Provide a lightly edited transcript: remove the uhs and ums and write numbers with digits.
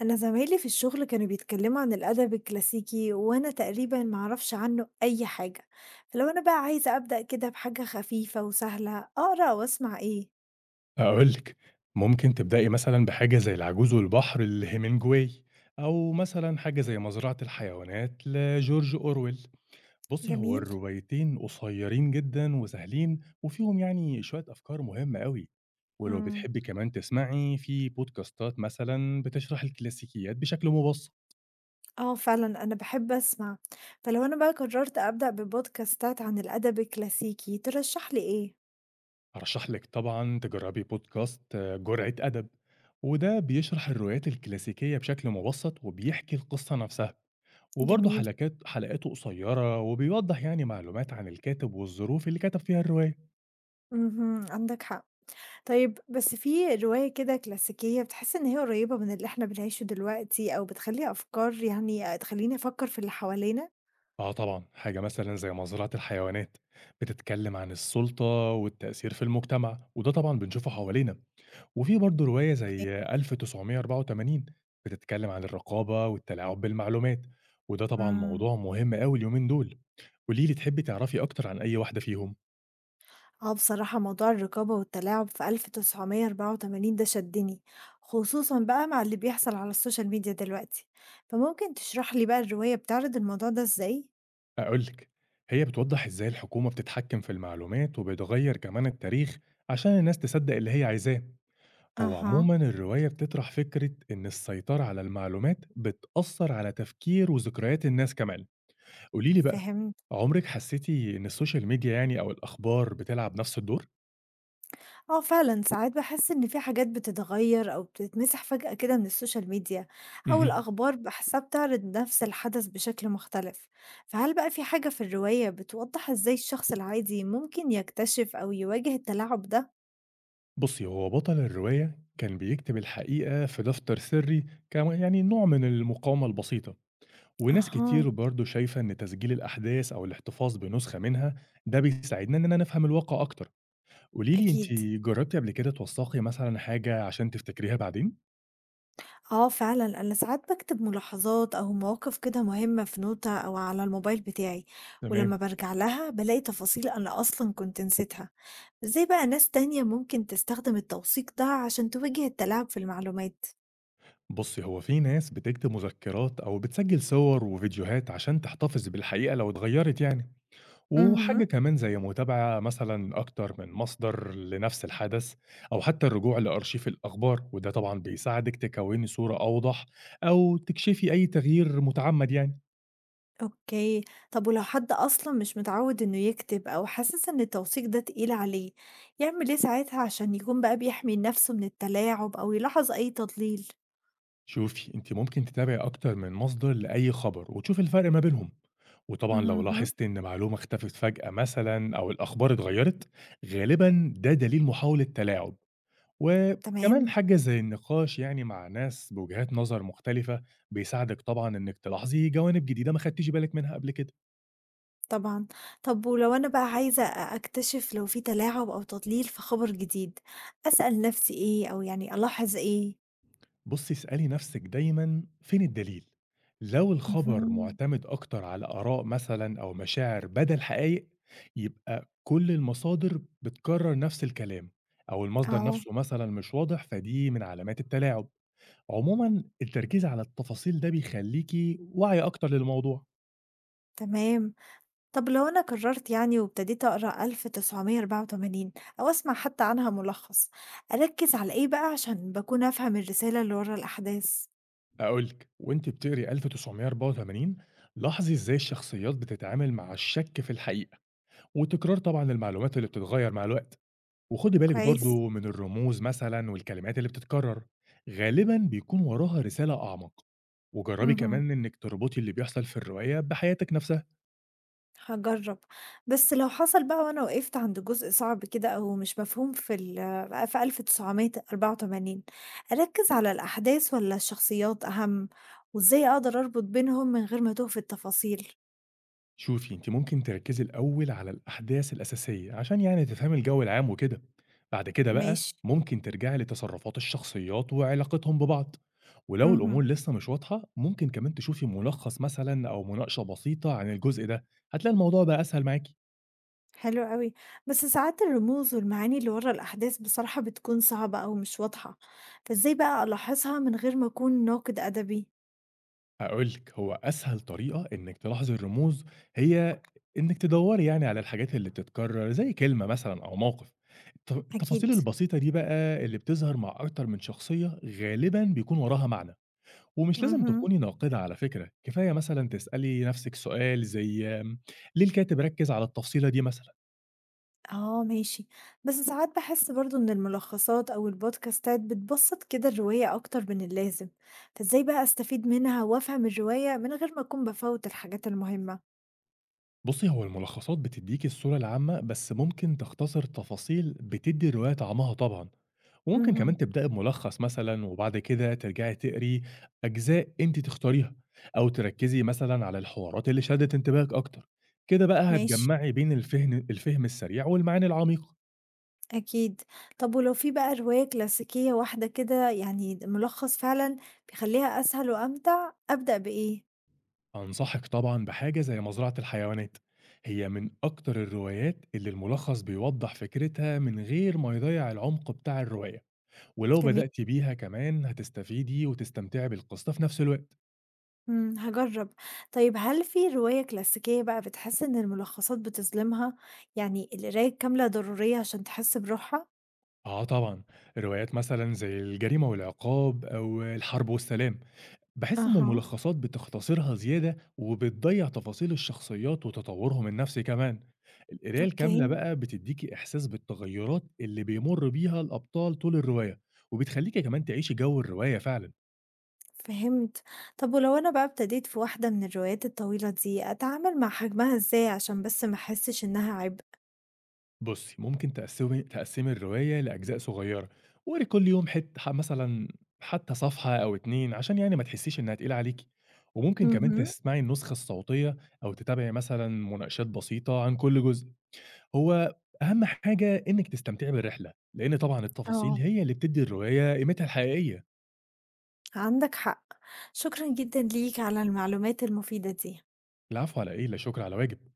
أنا زمايلي في الشغل كانوا بيتكلموا عن الأدب الكلاسيكي، وأنا تقريبا معرفش عنه أي حاجة. فلو أنا بقى عايزة أبدأ كده بحاجة خفيفة وسهلة، أقرأ وأسمع إيه؟ هاقول لِك، ممكن تبدئي مثلًا بحاجة زي العجوز والبحر لهيمنجواي، أو مثلًا حاجة زي مزرعة الحيوانات لجورج أورويل. بُصّي، هو جميل؟ الروايتين قصيرين جدًا وسهلين، وفيهم يعني شوية أفكار مهمة أوي، ولو مم. بتحبي كمان تسمعي، في بودكاستات مثلًا بتشرح الكلاسيكيات بشكل مبسط. آه، فعلا أنا بحب أسمع. فلو أنا بقى قررت أبدأ ببودكاستات عن الأدب الكلاسيكي، ترشح لي إيه؟ أرشح لِك طبعًا تجربي بودكاست جرعة أدب، وده بيشرح الروايات الكلاسيكية بشكل مبسط وبيحكي القصة نفسها. وبرضه جميل؟ حلقاته قصيرة وبيوضح يعني معلومات عن الكاتب والظروف اللي كتب فيها الرواية. مهم. عندك حق. طيب، بس في رواية كده كلاسيكية بتحس إن هي قريبة من اللي إحنا بنعيشه دلوقتي، أو بتخلي أفكار تخليني أفكر في اللي حوالينا؟ اه طبعا حاجة مثلا زي مزرعة الحيوانات بتتكلم عن السلطة والتأثير في المجتمع وده طبعا بنشوفه حوالينا. وفي برضه رواية زي 1984 بتتكلم عن الرقابة والتلاعب بالمعلومات، وده طبعا إمم. موضوع مهم قوي اليومين دول. قوليلي تحبي تعرفي أكتر عن أي واحدة فيهم. آه، بصراحة موضوع الرقابة والتلاعب في 1984 ده شدّني، خصوصًا بقى مع اللي بيحصل على السوشيال ميديا دلوقتي، فممكن تشرح لي بقى الرواية بتعرض الموضوع ده إزاي؟ أقول لك، هي بتوضح إزاي الحكومة بتتحكم في المعلومات وبتغير كمان التاريخ عشان الناس تصدق اللي هي عايزاه. هو أها، عموما الرواية بتطرح فكرة إن السيطرة على المعلومات بتأثر على تفكير وذكريات الناس كمان. قوليلي بقى، فهمت. عمرك حسيتي إن السوشيال ميديا يعني أو الأخبار بتلعب نفس الدور؟ آه فعلًا، ساعات باحس إن في حاجات بتتغيّر أو بتتمسح فجأة كده من السوشيال ميديا، أو مهم. الأخبار باحسها بتعرض نفس الحدث بشكل مختلف، فهل بقى في حاجة في الرواية بتوضّح إزاي الشخص العادي ممكن يكتشف أو يواجه التلاعب ده؟ بصي، هو بطل الرواية كان بيكتب الحقيقة في دفتر سري، كان يعني نوع من المقاومة البسيطة، وناس أها، كتير برضه شايفة إن تسجيل الأحداث أو الاحتفاظ بنسخة منها ده بيساعدنا إننا نفهم الواقع أكتر، قولي لي أنتِ، أكيد. جربتِ قبل كده توثقي مثلًا حاجة عشان تفتكريها بعدين؟ آه فعلًا، أنا ساعات باكتب ملاحظات أو مواقف كده مهمة في نوتة أو على الموبايل بتاعي، تمام، ولمّا بارجع لها بالاقي تفاصيل أنا أصلًا كنت نسيتها. إزاي بقى ناس تانية ممكن تستخدم التوثيق ده عشان تواجه التلاعب في المعلومات؟ بُصي، هو في ناس بتكتب مذكرات أو بتسجل صور وفيديوهات عشان تحتفظ بالحقيقة لو اتغيرت يعني، اهم. وحاجة كمان زي متابعة مثلًا أكتر من مصدر لنفس الحدث، أو حتى الرجوع لأرشيف الأخبار، وده طبعًا بيساعدك تكوني صورة أوضح أو تكشفي أي تغيير متعمد يعني. أوكي، طب ولو حد أصلًا مش متعود إنه يكتب أو حاسس إن التوثيق ده تقيل عليه، يعمل إيه ساعتها عشان يكون بقى بيحمي نفسه من التلاعب أو يلاحظ أي تضليل؟ شوفي انت، ممكن تتابعي اكتر من مصدر لاي خبر وتشوفي الفرق ما بينهم، وطبعا لو اهم. لاحظت ان معلومه اختفت فجاه مثلا او الاخبار اتغيرت، غالبا ده دليل محاوله تلاعب. وكمان تمام. حاجه زي النقاش يعني مع ناس بوجهات نظر مختلفه بيساعدك طبعا انك تلاحظي جوانب جديده ما خدتيش بالك منها قبل كده. طبعًا. طب ولو أنا بقى عايزة أكتشف لو في تلاعب أو تضليل في خبر جديد، أسأل نفسي إيه أو ألاحظ إيه؟ بُصّي، اسألي نفسِك دايمًا فين الدليل، لو الخبر اهم، مُعتمد أكتر على آراء مثلًا أو مشاعر بدل حقايق، يبقى كل المصادر بتكرر نفس الكلام، أو المصدر آه، نفسه مثلًا مش واضح، فدي من علامات التلاعب. عمومًا التركيز على التفاصيل ده بيخلّيكِ واعية أكتر للموضوع. تمام. طب لو أنا قررت وابتديت أقرأ 1984 أو أسمع حتى عنها ملخص، أركز على إيه بقى عشان باكون أفهم الرسالة اللي ورا الأحداث؟ هاقول لِك، وأنتِ بتقري 1984، لاحظي إزاي الشخصيات بتتعامل مع الشك في الحقيقة، وتكرار طبعًا المعلومات اللي بتتغير مع الوقت. وخدي بالِك كويس. برضه من الرموز مثلًا والكلمات اللي بتتكرر، غالبًا بيكون وراها رسالة أعمق، وجربي اهم. كمان إنِك تربطي اللي بيحصل في الرواية بحياتِك نفسها. هاجرّب، بس لو حصل بقى وأنا وقفت عند جزء صعب كده أو مش مفهوم في 1984، أركّز على الأحداث والّا الشخصيات أهم، وإزاي أقدر أربط بينهم من غير ما أتوه في التفاصيل؟ شوفي أنتِ، ممكن تركزي الأول على الأحداث الأساسية عشان يعني تفهمي الجو العام وكده، بعد كده بقى ماشي، ممكن ترجعي لتصرفات الشخصيات وعلاقتهم ببعض، ولو اهم، الأمور لسه مش واضحة ممكن كمان تشوفي ملخص مثلًا أو مناقشة بسيطة عن الجزء ده، هتلاقي الموضوع بقى أسهل معاكِ. حلو أوي، بس ساعات الرموز والمعاني اللي ورا الأحداث بصراحة بتكون صعبة أو مش واضحة، فإزاي بقى ألاحظها من غير ما أكون ناقد أدبي؟ هاقول لِك، هو أسهل طريقة إنِّك تلاحظي الرموز هي إنِّك تدوّري يعني على الحاجات اللي بتتكرر، زي كلمة مثلًا أو موقف. التفاصيل أكيد، البسيطة دي بقى اللي بتظهر مع أكتر من شخصية غالبًا بيكون وراها معنى، ومش لازم اهم. تكوني ناقدة على فكرة، كفاية مثلًا تسألي نفسِك سؤال زي ليه الكاتب ركّز على التفصيلة دي مثلًا؟ آه ماشي، بس ساعات باحس برضه إن الملخصات أو البودكاستات بتبسّط كده الرواية أكتر من اللازم، فإزاي بقى أستفيد منها وأفهم الرواية من غير ما أكون بافوّت الحاجات المهمة؟ بُصّي، هو الملخصات بتدّيكِ الصورة العامة، بس ممكن تختصر تفاصيل بتدّي الرواية طعمها طبعًا، وممكن كمان اهم، تبدئي بملخص مثلًا وبعد كده ترجعي تقري أجزاء أنتِ تختاريها، أو تركّزي مثلًا على الحوارات اللي شدِّت انتباهِك أكتر، كده بقى ماشي، هتجمّعي بين الفهم السريع والمعاني العميقة. أكيد. طب ولو في بقى رواية كلاسيكية واحدة كده الملخص فعلًا بيخلّيها أسهل وأمتع، أبدأ بإيه؟ أنصحِك طبعًا بحاجة زي مزرعة الحيوانات، هي من أكتر الروايات اللي الملخص بيوضّح فكرتها من غير ما يضيّع العمق بتاع الرواية. ولو جميل. بدأتِ بيها كمان هتستفيدي وتستمتعي بالقصة في نفس الوقت. إمم، هاجرّب. طيب، هل في رواية كلاسيكية بقى بتحس إن الملخصات بتظلمها؟ القراية الكاملة ضرورية عشان تحس بروحها؟ آه طبعًا، روايات مثلًا زي الجريمة والعقاب أو الحرب والسلام، باحس إن أها، الملخصات بتختصرها زيادة وبتضيّع تفاصيل الشخصيات وتطورهم النفسي كمان. القراية الكاملة أوكي، بقى بتديكِ إحساس بالتغيرات اللي بيمر بيها الأبطال طول الرواية، وبتخليكِ كمان تعيشي جو الرواية فعلًا. فهمت. طب ولو أنا بقى ابتديت في واحدة من الروايات الطويلة دي، أتعامل مع حجمها إزاي عشان بس ما أحسش إنها عبء؟ بُصّي، ممكن تقسّمي الرواية لأجزاء صغيّرة، واقري كل يوم حت ح مثلًا حتى صفحة أو 2 عشان يعني ما تحسّيش إنها تقيلة عليكِ، وممكن كمان اهم، تسمعي النسخة الصوتية أو تتابعي مثلًا مناقشات بسيطة عن كل جزء، هو أهم حاجة إنِّك تستمتعي بالرحلة، لإن طبعًا التفاصيل آه، هي اللي بتدّي الرواية قيمتها الحقيقية. عندك حق. شكرًا جدًا ليك على المعلومات المفيدة دي. العفو على إيه، لا شكر على واجب.